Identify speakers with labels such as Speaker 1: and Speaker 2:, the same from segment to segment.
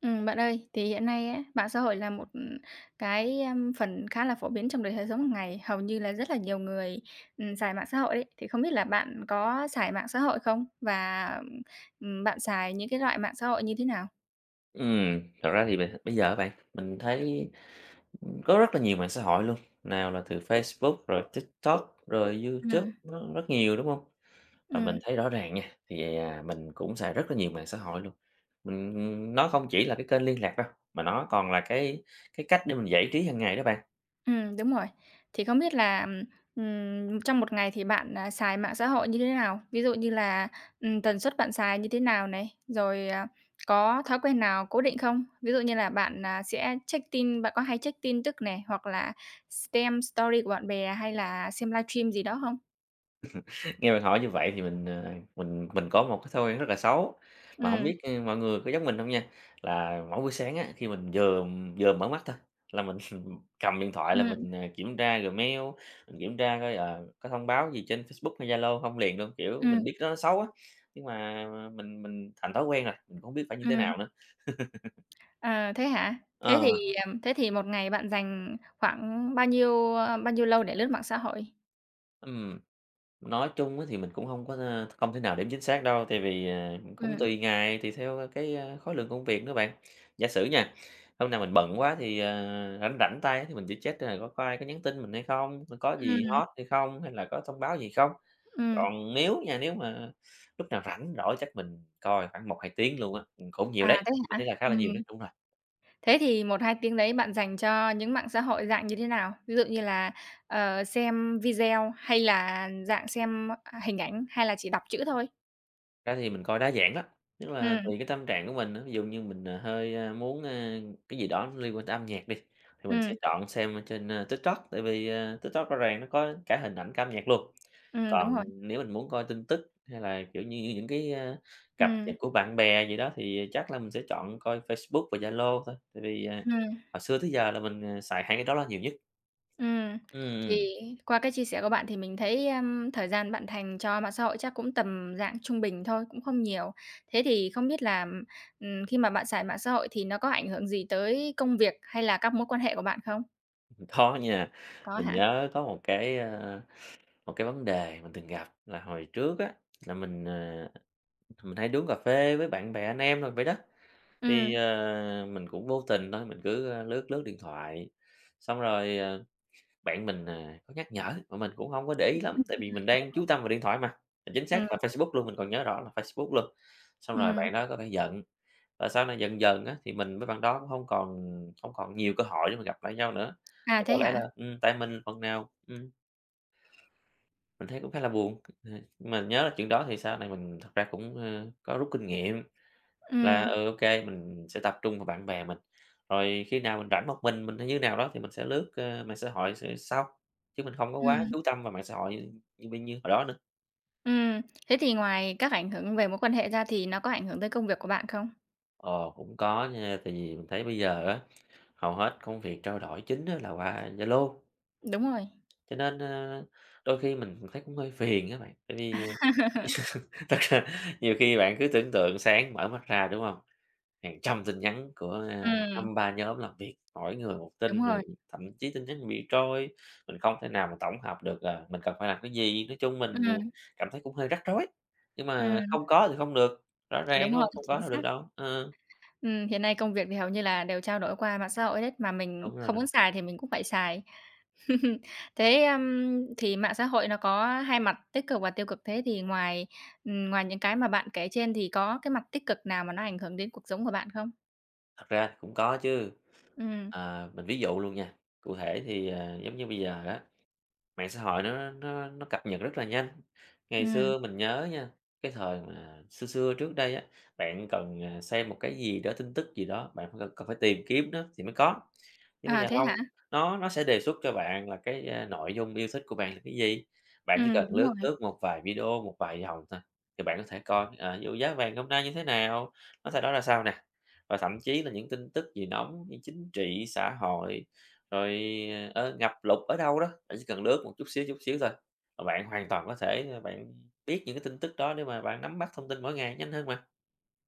Speaker 1: Bạn ơi, thì hiện nay á, mạng xã hội là một phần khá là phổ biến trong đời sống hàng ngày, hầu như là rất là nhiều người, xài mạng xã hội ấy. Thì không biết là bạn có xài mạng xã hội không? Và, bạn xài những cái loại mạng xã hội như thế nào?
Speaker 2: Thật ra thì mình bây giờ á bạn, mình thấy, có rất là nhiều mạng xã hội luôn, nào là từ Facebook, rồi TikTok, rồi YouTube,
Speaker 1: Ừm.
Speaker 2: nó rất nhiều, đúng không? Và mình
Speaker 1: Ừm.
Speaker 2: thấy rõ ràng nha, thì, mình cũng xài rất là nhiều mạng xã hội luôn. Mình nó không chỉ là cái kênh liên lạc đâu, mà nó còn là cái cách để mình giải trí hàng ngày đó bạn.
Speaker 1: Đúng rồi. Thì không biết là, trong một ngày thì bạn, xài mạng xã hội như thế nào? Ví dụ như là, tần suất bạn xài như thế nào này? Rồi, có thói quen nào cố định không? Ví dụ như là bạn, sẽ check tin bạn có hay check tin tức này, hoặc là xem story của bạn bè hay là xem livestream gì đó không?
Speaker 2: Nghe bạn hỏi như vậy thì mình, mình có một cái thói quen rất là xấu, mà không
Speaker 1: Ừm,
Speaker 2: biết, mọi người có giống mình không nha, là mỗi buổi sáng á, khi mình vừa vừa mở mắt thôi là mình cầm điện thoại là
Speaker 1: ừm,
Speaker 2: mình, kiểm tra Gmail, mình kiểm tra coi, có thông báo gì trên Facebook hay Zalo không liền luôn, kiểu, mình
Speaker 1: ừm,
Speaker 2: biết nó xấu á, nhưng mà mình thành thói quen rồi, mình không biết phải như thế
Speaker 1: ừm.
Speaker 2: nào nữa.
Speaker 1: À, thế hả? Thế
Speaker 2: Ờ,
Speaker 1: thì, ừm, thế thì một ngày bạn dành khoảng bao nhiêu, bao nhiêu lâu để lướt mạng xã hội?
Speaker 2: ừm. Nói chung á thì mình cũng không có, không thể nào đếm chính xác đâu, tại vì, cũng
Speaker 1: Ừm,
Speaker 2: tùy ngày, tùy theo cái, khối lượng công việc nữa bạn. Giả sử nha, hôm nào mình bận quá thì, rảnh rảnh tay thì mình chỉ check coi là có ai có nhắn tin mình hay không, có gì
Speaker 1: ừm,
Speaker 2: hot hay không, hay là có thông báo gì không.
Speaker 1: ừm.
Speaker 2: Còn nếu nha, nếu mà lúc nào rảnh rỗi chắc mình coi khoảng một hai tiếng luôn á, cũng nhiều
Speaker 1: À,
Speaker 2: đấy,
Speaker 1: thế
Speaker 2: mình thấy
Speaker 1: hả?
Speaker 2: là khá là nhiều đấy,
Speaker 1: Ừm.
Speaker 2: đúng rồi.
Speaker 1: Thế thì một 2 tiếng đấy bạn dành cho những mạng xã hội dạng như thế nào? Ví dụ như là, xem video hay là dạng xem, hình ảnh hay là chỉ đọc chữ thôi?
Speaker 2: Ra thì mình coi đa dạng lắm, tức là
Speaker 1: Ừm,
Speaker 2: tùy cái tâm trạng của mình á, ví dụ như mình, hơi, muốn, cái gì đó liên quan tới âm nhạc đi, thì mình sẽ
Speaker 1: ừm,
Speaker 2: chọn xem ở trên, TikTok, tại vì, TikTok rõ ràng nó có cả hình ảnh cả âm nhạc luôn.
Speaker 1: đúng
Speaker 2: Còn
Speaker 1: rồi.
Speaker 2: nếu mình muốn coi tin tức hay là, kiểu như như, những cái, cập nhật
Speaker 1: Ừm,
Speaker 2: của bạn bè gì đó thì chắc là mình sẽ chọn coi Facebook và Zalo thôi, tại vì,
Speaker 1: ừm,
Speaker 2: hồi xưa tới giờ là mình, xài hai cái đó là nhiều nhất.
Speaker 1: ừm. Thì
Speaker 2: Ừm,
Speaker 1: qua cái chia sẻ của bạn thì mình thấy, thời gian bạn dành cho mạng xã hội chắc cũng tầm dạng trung bình thôi, cũng không nhiều. Thế thì không biết là, khi mà bạn xài mạng xã hội thì nó có ảnh hưởng gì tới công việc hay là các mối quan hệ của bạn không?
Speaker 2: có nha,
Speaker 1: Có
Speaker 2: mình
Speaker 1: hả?
Speaker 2: nhớ có một cái, một cái vấn đề mình từng gặp là hồi trước á, là mình, mình hay uống cà phê với bạn bè anh em rồi vậy đó, thì,
Speaker 1: Ừm,
Speaker 2: mình cũng vô tình thôi, mình cứ, lướt lướt điện thoại, xong rồi, bạn mình, có nhắc nhở mà mình cũng không có để ý lắm, tại vì mình đang chú tâm vào điện thoại mà, chính
Speaker 1: ừm.
Speaker 2: xác là Facebook luôn, mình còn nhớ rõ là Facebook luôn. Xong rồi
Speaker 1: Ừm,
Speaker 2: bạn đó có vẻ giận, và sau này dần dần á, thì mình với bạn đó cũng không còn nhiều cơ hội để mà gặp lại nhau nữa.
Speaker 1: à,
Speaker 2: Chắc
Speaker 1: thế
Speaker 2: có lẽ là,
Speaker 1: hả?
Speaker 2: tại mình phần nào. Mình thấy cũng khá là buồn, mình nhớ là chuyện đó thì sau này mình thật ra cũng, có rút kinh nghiệm là,
Speaker 1: Ừm,
Speaker 2: mình sẽ tập trung vào bạn bè mình, rồi khi nào mình rảnh một mình hay như nào đó thì mình sẽ lướt, mạng xã hội sau, chứ mình không có quá
Speaker 1: ừm,
Speaker 2: chú tâm vào mạng xã hội như như bên như hồi đó nữa.
Speaker 1: ừm. Thế thì ngoài các ảnh hưởng về mối quan hệ ra thì nó có ảnh hưởng tới công việc của bạn không?
Speaker 2: Ồ, cũng có nha, tại vì mình thấy bây giờ á, hầu hết công việc trao đổi chính á là qua Zalo,
Speaker 1: Đúng rồi,
Speaker 2: cho nên, đôi khi mình thấy cũng hơi phiền các bạn, tại vì thật ra nhiều khi bạn cứ tưởng tượng sáng mở mắt ra, đúng không? Hàng trăm tin nhắn của,
Speaker 1: ừm,
Speaker 2: 2-3 nhóm làm việc, mỗi người một
Speaker 1: đúng
Speaker 2: tin, rồi
Speaker 1: rồi,
Speaker 2: thậm chí tin nhắn bị trôi, mình không thể nào mà tổng hợp được là mình cần phải làm cái gì. Nói chung mình,
Speaker 1: ừm,
Speaker 2: cảm thấy cũng hơi rắc rối, nhưng mà
Speaker 1: ừm,
Speaker 2: không có thì không được, rõ ràng,
Speaker 1: đúng
Speaker 2: đúng
Speaker 1: rồi,
Speaker 2: hông? Không có
Speaker 1: chính
Speaker 2: đâu được
Speaker 1: xác.
Speaker 2: đâu. Ờ,
Speaker 1: Hiện nay công việc thì hầu như là đều trao đổi qua mạng xã hội hết, mà mình
Speaker 2: đúng rồi,
Speaker 1: không
Speaker 2: đúng.
Speaker 1: muốn
Speaker 2: rồi.
Speaker 1: xài thì mình cũng phải xài. Thế, thì mạng xã hội nó có hai mặt tích cực và tiêu cực, thế thì ngoài, ngoài những cái mà bạn kể trên thì có cái mặt tích cực nào mà nó ảnh hưởng đến cuộc sống của bạn không?
Speaker 2: Thật ra thì cũng có chứ,
Speaker 1: Ừm,
Speaker 2: mình ví dụ luôn nha, cụ thể thì, giống như bây giờ đó. Mạng xã hội nó cập nhật rất là nhanh. Ngày
Speaker 1: ừm,
Speaker 2: xưa mình nhớ nha, cái thời mà xưa xưa trước đây á, bạn cần, xem một cái gì đó, tin tức gì đó, bạn phải cần cần phải tìm kiếm nó thì mới có. Nhưng bây
Speaker 1: à,
Speaker 2: giờ
Speaker 1: thế
Speaker 2: không,
Speaker 1: hả?
Speaker 2: nó sẽ đề xuất cho bạn là cái, nội dung yêu thích của bạn là cái gì. Bạn chỉ cần
Speaker 1: Đúng
Speaker 2: lướt
Speaker 1: rồi.
Speaker 2: lướt một vài video, một vài dòng thôi, thì bạn có thể coi, ví dụ giá vàng hôm nay như thế nào, nó sẽ đó ra sao nè. Và thậm chí là những tin tức gì nóng như chính trị, xã hội rồi, ngập lụt ở đâu đó, bạn chỉ cần lướt một chút xíu thôi, là bạn hoàn toàn có thể, bạn biết những cái tin tức đó để mà bạn nắm bắt thông tin mỗi ngày nhanh hơn mà.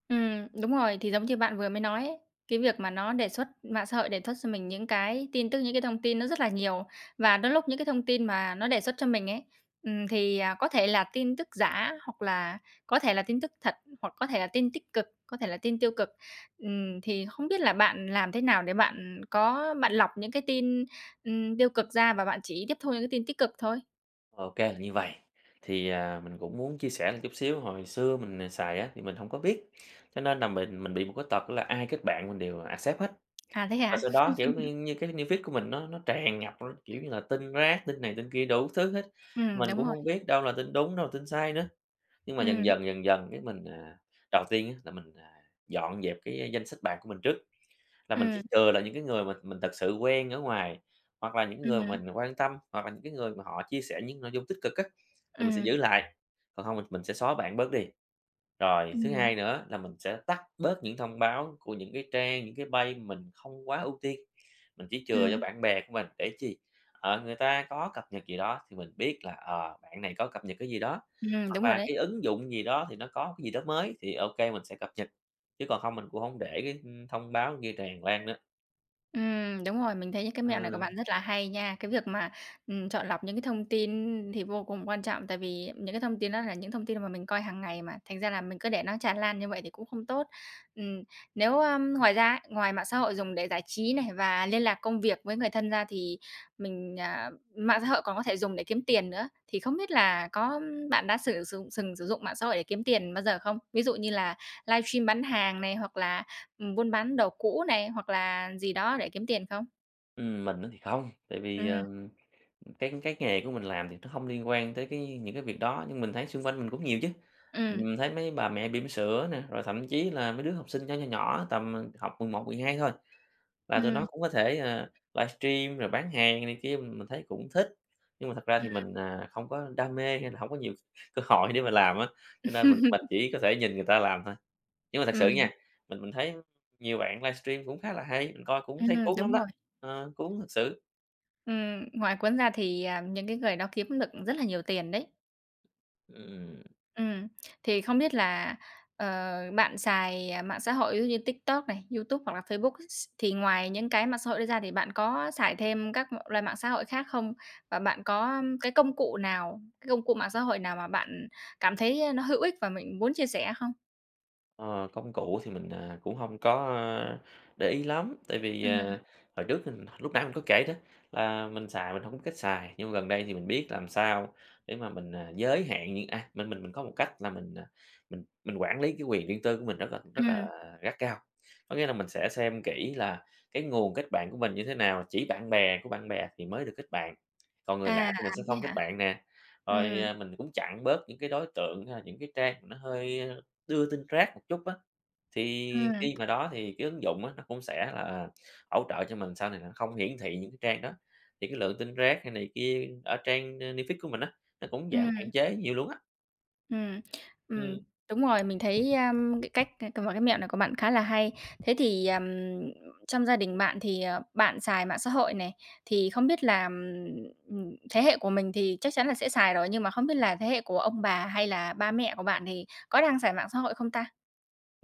Speaker 1: Đúng rồi, thì giống như bạn vừa mới nói ấy, cái việc mà nó đề xuất mạng xã hội đề xuất cho mình những cái tin tức, những cái thông tin nó rất là nhiều, và đôi lúc những cái thông tin mà nó đề xuất cho mình ấy, thì, có thể là tin tức giả hoặc là có thể là tin tức thật, hoặc có thể là tin tích cực, có thể là tin tiêu cực. Thì không biết là bạn làm thế nào để bạn có bạn lọc những cái tin, tiêu cực ra và bạn chỉ tiếp thu những cái tin tích cực thôi?
Speaker 2: Ok là như vậy. Thì, mình cũng muốn chia sẻ một chút xíu, hồi xưa mình, xài á thì mình không có biết, cho nên là mình bị một cái tật là ai kết bạn mình đều accept hết.
Speaker 1: À, thế
Speaker 2: Và
Speaker 1: hả?
Speaker 2: sau đó, kiểu như như, cái news feed của mình nó tràn ngập, nó, kiểu như là, tin rác, tin này tin kia đủ thứ hết, mình
Speaker 1: Đúng
Speaker 2: cũng
Speaker 1: rồi.
Speaker 2: không biết đâu là tin đúng, đâu là tin sai nữa. Nhưng mà dần
Speaker 1: Ừm,
Speaker 2: dần, dần dần cái mình, đầu tiên á là mình, dọn dẹp cái danh sách bạn của mình trước, là mình chỉ
Speaker 1: ừm,
Speaker 2: chừa là những cái người mà mình thật sự quen ở ngoài, hoặc là những
Speaker 1: ừm,
Speaker 2: người mình quan tâm, hoặc là những cái người mà họ chia sẻ những nội dung tích cực á, thì mình sẽ
Speaker 1: ừm,
Speaker 2: giữ lại, còn không mình sẽ xóa bạn bớt đi. Rồi, thứ
Speaker 1: ừm.
Speaker 2: hai nữa là mình sẽ tắt bớt những thông báo của những cái trang, những cái bay mình không quá ưu tiên, mình chỉ chừa cho
Speaker 1: Ừm,
Speaker 2: bạn bè của mình để chi, người ta có cập nhật gì đó thì mình biết là, bạn này có cập nhật cái gì đó,
Speaker 1: đúng
Speaker 2: hoặc
Speaker 1: rồi
Speaker 2: là
Speaker 1: đấy.
Speaker 2: cái ứng dụng gì đó thì nó có cái gì đó mới thì ok mình sẽ cập nhật, chứ còn không mình cũng không để cái, thông báo kia tràn lan nữa.
Speaker 1: Đúng rồi, mình thấy những cái
Speaker 2: Ờ,
Speaker 1: mẹo này của bạn rất là hay nha. Cái việc mà, chọn lọc những cái thông tin thì vô cùng quan trọng, tại vì những cái thông tin đó là những thông tin mà mình coi hàng ngày mà, thành ra là mình cứ để nó tràn lan như vậy thì cũng không tốt. Ừm, nếu, ngoài ra ấy, ngoài mạng xã hội dùng để giải trí này và liên lạc công việc với người thân ra thì mình, à mạng xã hội còn có thể dùng để kiếm tiền nữa, thì không biết là có bạn đã sử dụng sừng sử dụng mạng xã hội để kiếm tiền bao giờ không? Ví dụ như là livestream bán hàng này, hoặc là buôn bán đồ cũ này, hoặc là gì đó để kiếm tiền không?
Speaker 2: mình á thì không, tại vì,
Speaker 1: Ừm,
Speaker 2: cái nghề của mình làm thì nó không liên quan tới cái những cái việc đó, nhưng mình thấy xung quanh mình cũng nhiều chứ.
Speaker 1: ừm,
Speaker 2: Mình thấy mấy bà mẹ bỉm sữa nè, rồi thậm chí là mấy đứa học sinh nhỏ, nhỏ nhỏ tầm, một 11, hai thôi, là tụi nó
Speaker 1: ừm,
Speaker 2: cũng có thể, livestream rồi bán hàng này kia, mình thấy cũng thích. Nhưng mà thật ra
Speaker 1: ừm,
Speaker 2: thì mình, không có đam mê hay là không có nhiều cơ hội để mà làm á, cho nên mình chỉ có thể nhìn người ta làm thôi. Nhưng mà thật sự
Speaker 1: ừm,
Speaker 2: nha, mình thấy nhiều bạn livestream cũng khá là hay, mình coi cũng thấy cuốn lắm
Speaker 1: đúng
Speaker 2: đó,
Speaker 1: rồi.
Speaker 2: cuốn thật sự.
Speaker 1: Ngoài cuốn ra thì, những cái người đó kiếm được rất là nhiều tiền đấy.
Speaker 2: Ừm.
Speaker 1: Ừm, thì không biết là, ờ, bạn xài, mạng xã hội ví dụ như TikTok này, YouTube hoặc là Facebook s thì ngoài những cái mạng xã hội đấy ra thì bạn có xài thêm các m loại mạng xã hội khác không? Và bạn có cái công cụ nào, cái công cụ mạng xã hội nào mà bạn cảm thấy nó hữu ích và mình muốn chia sẻ không?
Speaker 2: Ờ, công cụ thì mình, cũng không có, để ý lắm, tại vì,
Speaker 1: Ừm,
Speaker 2: hồi trước mình lúc nãy mình có kể đó là mình xài mình không có cách xài, nhưng mà gần đây thì mình biết làm sao để mà mình, giới hạn mình có một cách là mình, mình quản lý cái quyền riêng tư của mình rất là
Speaker 1: ừm.
Speaker 2: gắt gao. Có nghĩa là mình sẽ xem kỹ là cái nguồn kết bạn của mình như thế nào, chỉ bạn bè của bạn bè thì mới được kết bạn, còn người lạ
Speaker 1: À,
Speaker 2: thì mình
Speaker 1: à,
Speaker 2: sẽ
Speaker 1: thế
Speaker 2: không kết
Speaker 1: hả?
Speaker 2: bạn nè. Rồi,
Speaker 1: Ừm,
Speaker 2: mình cũng chặn bớt những cái đối tượng hay là những cái trang mà nó hơi đưa tin rác một chút á, thì
Speaker 1: ừm,
Speaker 2: khi mà đó thì cái ứng dụng á, nó cũng sẽ là hỗ trợ cho mình sau này là nó không hiển thị những cái trang đó, thì cái lượng tin rác hay này kia ở trang, News của mình á, nó cũng giảm
Speaker 1: ừm,
Speaker 2: hạn chế nhiều luôn á.
Speaker 1: ừm,
Speaker 2: Ừm,
Speaker 1: ừm, đúng rồi, mình thấy, cái cách cái c cái mẹo này của bạn khá là hay. Thế thì, trong gia đình bạn thì, bạn xài mạng xã hội này, thì không biết là, thế hệ của mình thì chắc chắn là sẽ xài rồi, nhưng mà không biết là thế hệ của ông bà hay là ba mẹ của bạn thì có đang xài mạng xã hội không ta?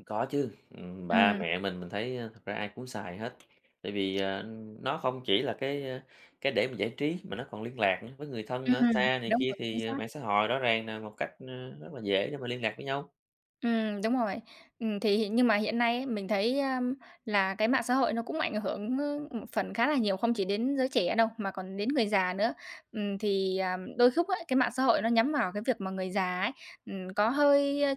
Speaker 2: có chứ. Ba
Speaker 1: Ừm,
Speaker 2: mẹ mình thấy, thật ra ai cũng xài hết, tại vì, nó không chỉ là cái, cái để mà giải trí mà nó còn liên lạc nữa với người thân ở
Speaker 1: ừm,
Speaker 2: xa này
Speaker 1: đúng
Speaker 2: kia
Speaker 1: rồi, chính
Speaker 2: thì,
Speaker 1: xác.
Speaker 2: mạng xã hội rõ ràng là một cách, rất là dễ để mà liên lạc với nhau.
Speaker 1: Đúng rồi. Nhưng mà hiện nay ấy, mình thấy, là cái mạng xã hội nó cũng ảnh hưởng, một phần khá là nhiều, không chỉ đến giới trẻ đâu, mà còn đến người già nữa. Thì, đôi lúc ấy, cái mạng xã hội nó nhắm vào cái việc mà người già ấy, có hơi,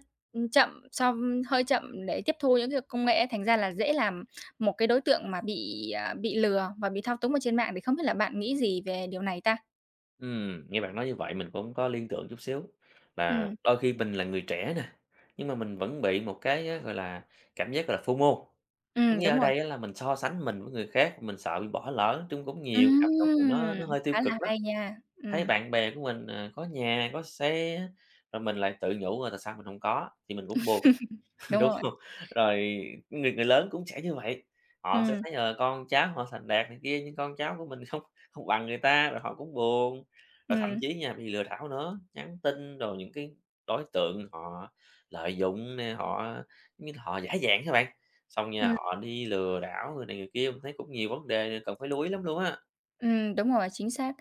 Speaker 1: chậm so hơi chậm để tiếp thu những cái công nghệ ấy, thành ra là dễ làm một cái đối tượng mà bị, bị lừa và bị thao túng ở trên mạng, thì không biết là bạn nghĩ gì về điều này ta?
Speaker 2: Nghe bạn nói như vậy mình cũng có liên tưởng chút xíu, là
Speaker 1: Ừm,
Speaker 2: đôi khi mình là người trẻ nè, nhưng mà mình vẫn bị một cái á, gọi là, cảm giác, gọi là, FOMO. Có nghĩa ở
Speaker 1: đúng rồi.
Speaker 2: đây á là mình so sánh mình với người khác, mình sợ bị bỏ lỡ, chung cũng nhiều cảm xúc mà
Speaker 1: Ừm,
Speaker 2: nó hơi tiêu
Speaker 1: khá là
Speaker 2: cực lắm.
Speaker 1: hay nha.
Speaker 2: Thấy bạn bè của mình, à, có nhà, có xe, rồi mình lại tự nhủ, ờ, tại sao mình không có, thì mình cũng buồn.
Speaker 1: Đúng
Speaker 2: Đúng
Speaker 1: rồi.
Speaker 2: hông? Rồi người người lớn cũng sẽ như vậy, họ sẽ
Speaker 1: Ừm.
Speaker 2: thấy, ờ, con cháu họ thành đạt này kia nhưng con cháu của mình không không bằng người ta, rồi họ cũng buồn. Rồi thậm
Speaker 1: Ừm,
Speaker 2: chí nha, bị lừa đảo nữa, nhắn tin rồi những cái đối tượng họ lợi dụng nè, họ như là họ giả dạng các bạn, xong nha,
Speaker 1: ừm.
Speaker 2: họ đi lừa đảo người này người kia, mình thấy cũng nhiều vấn đề cần phải lưu ý lắm luôn á.
Speaker 1: Đúng rồi, chính xác.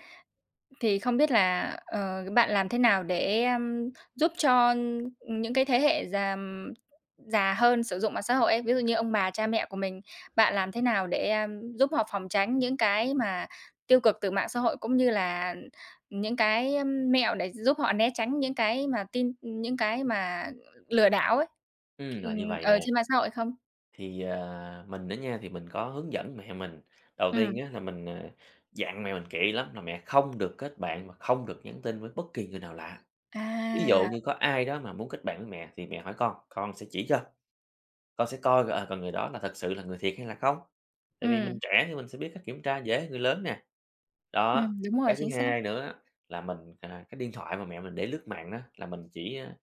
Speaker 1: Thì không biết là, bạn làm thế nào để, giúp cho những cái thế hệ già già hơn sử dụng mạng xã hội ấy, ví dụ như ông bà, cha mẹ của mình, bạn làm thế nào để, giúp họ phòng tránh những cái mà tiêu cực từ mạng xã hội, cũng như là những cái, mẹo để giúp họ né tránh những cái mà tin những cái mà lừa đảo ấy,
Speaker 2: Là
Speaker 1: ừm,
Speaker 2: như vậy nè.
Speaker 1: trên mạng xã hội không?
Speaker 2: Thì, à, mình á nha, thì mình có hướng dẫn mẹ mình. Đầu tiên
Speaker 1: Ừm,
Speaker 2: á là mình, dặn mẹ mình kỹ lắm là mẹ không được kết bạn và không được nhắn tin với bất kỳ người nào lạ. Ví dụ
Speaker 1: à,
Speaker 2: như có ai đó mà muốn kết bạn với mẹ thì mẹ hỏi con sẽ chỉ cho, con sẽ coi coi, ờ, còn người đó là thật sự là người thiệt hay là không. Tại vì mình
Speaker 1: ừm,
Speaker 2: trẻ thì mình sẽ biết cách kiểm tra dễ hơn người lớn nè. Đó,
Speaker 1: đúng rồi,
Speaker 2: cái thứ
Speaker 1: chính xác.
Speaker 2: hai nữa là mình, cái điện thoại mà mẹ mình để lướt mạng đó là mình chỉ,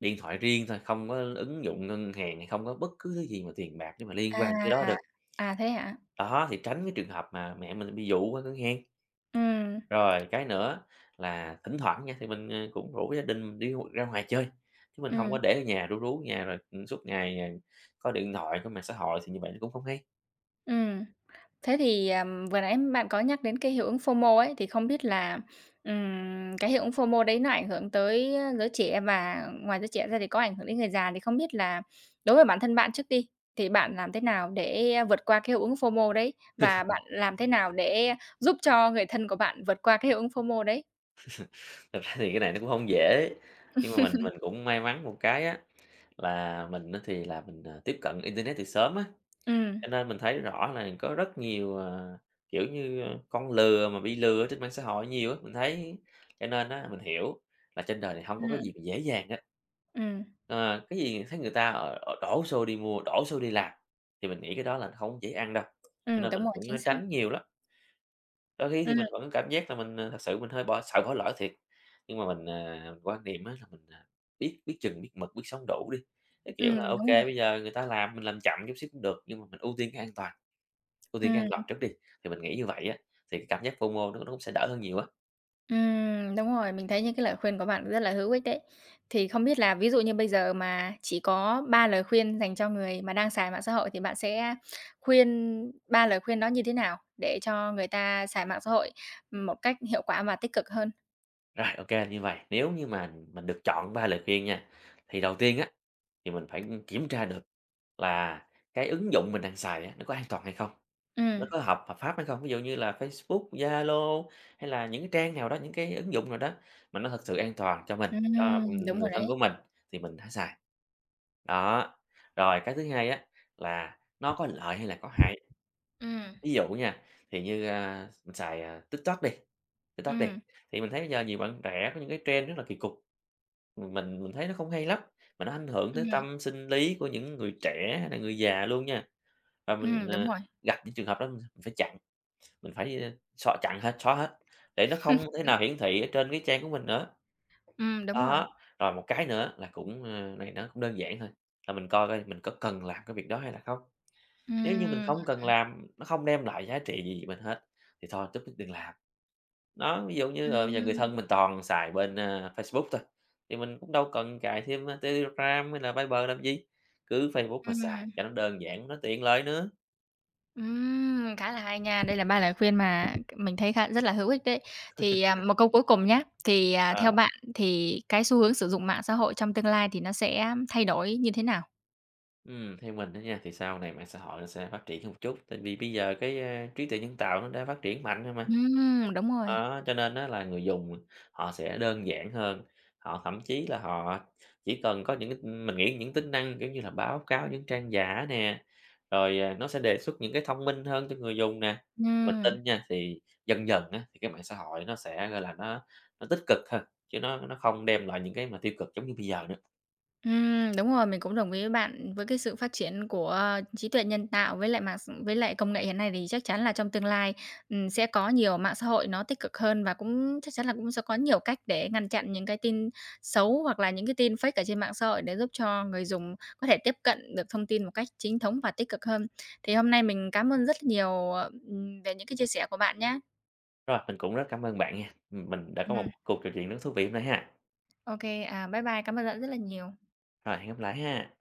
Speaker 2: điện thoại riêng thôi, không có ứng dụng ngân hàng hay không có bất cứ thứ gì mà tiền bạc để mà liên quan tới cái
Speaker 1: À,
Speaker 2: đó được.
Speaker 1: à, thế hả?
Speaker 2: Đó, thì tránh cái trường hợp mà mẹ mình bị dụ qua ngân hàng.
Speaker 1: Ừm,
Speaker 2: Rồi cái nữa là thỉnh thoảng nha, thì mình, cũng rủ gia đình mình đi ra ngoài chơi, chứ mình không có
Speaker 1: ừm,
Speaker 2: để ở nhà rú rú ở nhà rồi, suốt ngày, à, coi điện thoại, có mạng xã hội thì như vậy nó cũng không hay.
Speaker 1: ừm. Thế thì, vừa nãy bạn có nhắc đến cái hiệu ứng FOMO ấy, thì không biết là, cái hiệu ứng FOMO đấy nó ảnh hưởng tới, giới trẻ và ngoài giới trẻ ra thì có ảnh hưởng đến người già, thì không biết là đối với bản thân bạn trước đi, thì bạn làm thế nào để vượt qua cái hiệu ứng FOMO đấy? Và bạn làm thế nào để giúp cho người thân của bạn vượt qua cái hiệu ứng FOMO đấy?
Speaker 2: Thật ra thì cái này nó cũng không dễ, nhưng mà mình cũng may mắn một cái á, là mình á thì là mình, tiếp cận internet từ sớm á.
Speaker 1: Ừm,
Speaker 2: Cho nên mình thấy rõ là có rất nhiều, ờ, kiểu như, ờ, con lừa mà bị lừa trên mạng xã hội nhiều á, mình thấy cho nên á mình hiểu là trên đời này không có cái
Speaker 1: ừm,
Speaker 2: gì mà dễ dàng á.
Speaker 1: ừm,
Speaker 2: Ờ, cái gì thấy người ta, đổ xô đi mua, đổ xô đi làm, thì mình nghĩ cái đó là không dễ ăn đâu, cho nên
Speaker 1: đúng
Speaker 2: mình
Speaker 1: rồi,
Speaker 2: cũng
Speaker 1: chính xác.
Speaker 2: tránh nhiều lắm. Đôi khi thì
Speaker 1: Ừm,
Speaker 2: mình vẫn cảm giác là mình, ờ, thật sự mình hơi sợ bỏ lỡ thiệt, nhưng mà mình, quan niệm á là mình, biết biết chừng, biết mực, biết sống đủ đi, cái kiểu là, ok
Speaker 1: đúng rồi.
Speaker 2: bây giờ người ta làm mình làm chậm chút xíu cũng được, nhưng mà mình ưu tiên cái an toàn. Ưu tiên cái ăn
Speaker 1: Ừm.
Speaker 2: vặt trước đi, thì mình nghĩ như vậy á, thì cái cảm giác FOMO nó cũng sẽ đỡ hơn nhiều á.
Speaker 1: Đúng rồi, mình thấy những cái lời khuyên của bạn rất là hữu ích đấy. Thì không biết là ví dụ như bây giờ mà chỉ có 3 lời khuyên dành cho người mà đang xài mạng xã hội thì bạn sẽ khuyên 3 lời khuyên đó như thế nào để cho người ta xài mạng xã hội, một cách hiệu quả và tích cực hơn?
Speaker 2: Rồi, ok như vậy. Nếu như mà mình được chọn 3 lời khuyên nha, thì đầu tiên á, thì mình phải kiểm tra được là cái ứng dụng mình đang xài á, nó có an toàn hay không? Nó
Speaker 1: Ừm,
Speaker 2: có hợp hợp pháp hay không? Ví dụ như là Facebook, Zalo hay là những cái trang nào đó, những cái ứng dụng nào đó mà nó thật sự an toàn cho mình, cho,
Speaker 1: đúng
Speaker 2: người
Speaker 1: rồi đấy.
Speaker 2: thân của mình thì mình hãy xài. Đó, rồi cái thứ hai á, là nó có lợi hay là có hại?
Speaker 1: Ừm,
Speaker 2: Ví dụ nha, thì như, mình xài, TikTok đi,
Speaker 1: ừm,
Speaker 2: thì mình thấy bây giờ nhiều bạn trẻ có những cái trend rất là kỳ cục, mình thấy nó không hay lắm, mà nó ảnh hưởng tới
Speaker 1: ừm,
Speaker 2: tâm sinh lý của những người trẻ hay là người già luôn nha. Và mình,
Speaker 1: đúng rồi,
Speaker 2: gặp những trường hợp đó mình phải chặn, mình phải, xóa chặn hết, xóa hết, để nó không thể nào hiển thị ở trên cái trang của mình nữa.
Speaker 1: đúng rồi.
Speaker 2: Đó, rồi một cái nữa là cũng, này nó cũng đơn giản thôi, là mình coi coi mình có cần làm cái việc đó hay là không. Nếu như mình
Speaker 1: Ừm,
Speaker 2: không cần làm, nó không đem lại giá trị gì mình hết thì thôi tốt nhất đừng làm. Nó ví dụ như, ờ, bây giờ người
Speaker 1: ừm,
Speaker 2: thân mình toàn xài bên, Facebook thôi, thì mình cũng đâu cần cài thêm, Telegram hay là Viber làm gì, cứ Facebook mà xài
Speaker 1: ừm.
Speaker 2: cho nó đơn giản, nó tiện lợi nữa.
Speaker 1: Khá là hay nha. Đây là 3 lời khuyên mà mình thấy khá rất là hữu ích đấy. Thì, một câu cuối cùng nhé thì,
Speaker 2: Ờ.
Speaker 1: theo bạn thì cái xu hướng sử dụng mạng xã hội trong tương lai thì nó sẽ thay đổi như thế nào?
Speaker 2: Theo mình đó nha, thì sau này mạng xã hội nó sẽ phát triển hơn một chút, tại vì bây giờ cái, trí tuệ nhân tạo nó đã phát triển mạnh rồi mà.
Speaker 1: Đúng rồi.
Speaker 2: Đó, cho nên á là người dùng họ sẽ đơn giản hơn, họ thậm chí là họ chỉ cần có những cái mình nghĩ những tính năng, kiểu như là, báo cáo những trang giả nè, rồi, à, nó sẽ đề xuất những cái thông minh hơn cho người dùng nè. Mình
Speaker 1: Ừm.
Speaker 2: tin nha, thì dần dần á, thì cái mạng xã hội nó sẽ, gọi là, nó tích cực hơn, chứ nó không đem lại những cái mà tiêu cực giống như bây giờ nữa.
Speaker 1: Đúng rồi, mình cũng đồng ý với bạn. Với cái sự phát triển của ờ, trí tuệ nhân tạo với lại mạng s với lại công nghệ hiện nay thì chắc chắn là trong tương lai, sẽ có nhiều mạng xã hội nó tích cực hơn và cũng chắc chắn là cũng sẽ có nhiều cách để ngăn chặn những cái tin xấu hoặc là những cái tin fake ở trên mạng xã hội để giúp cho người dùng có thể tiếp cận được thông tin một cách chính thống và tích cực hơn. Thì hôm nay mình cảm ơn rất nhiều, về những cái chia sẻ của bạn nhé.
Speaker 2: Rồi, mình cũng rất cảm ơn bạn nha, mình đã có
Speaker 1: Ừm,
Speaker 2: một cuộc trò chuyện rất thú vị hôm nay ha.
Speaker 1: ô à, bye bye, cảm ơn bạn rất là nhiều.
Speaker 2: Rồi, hẹn gặp lại ha.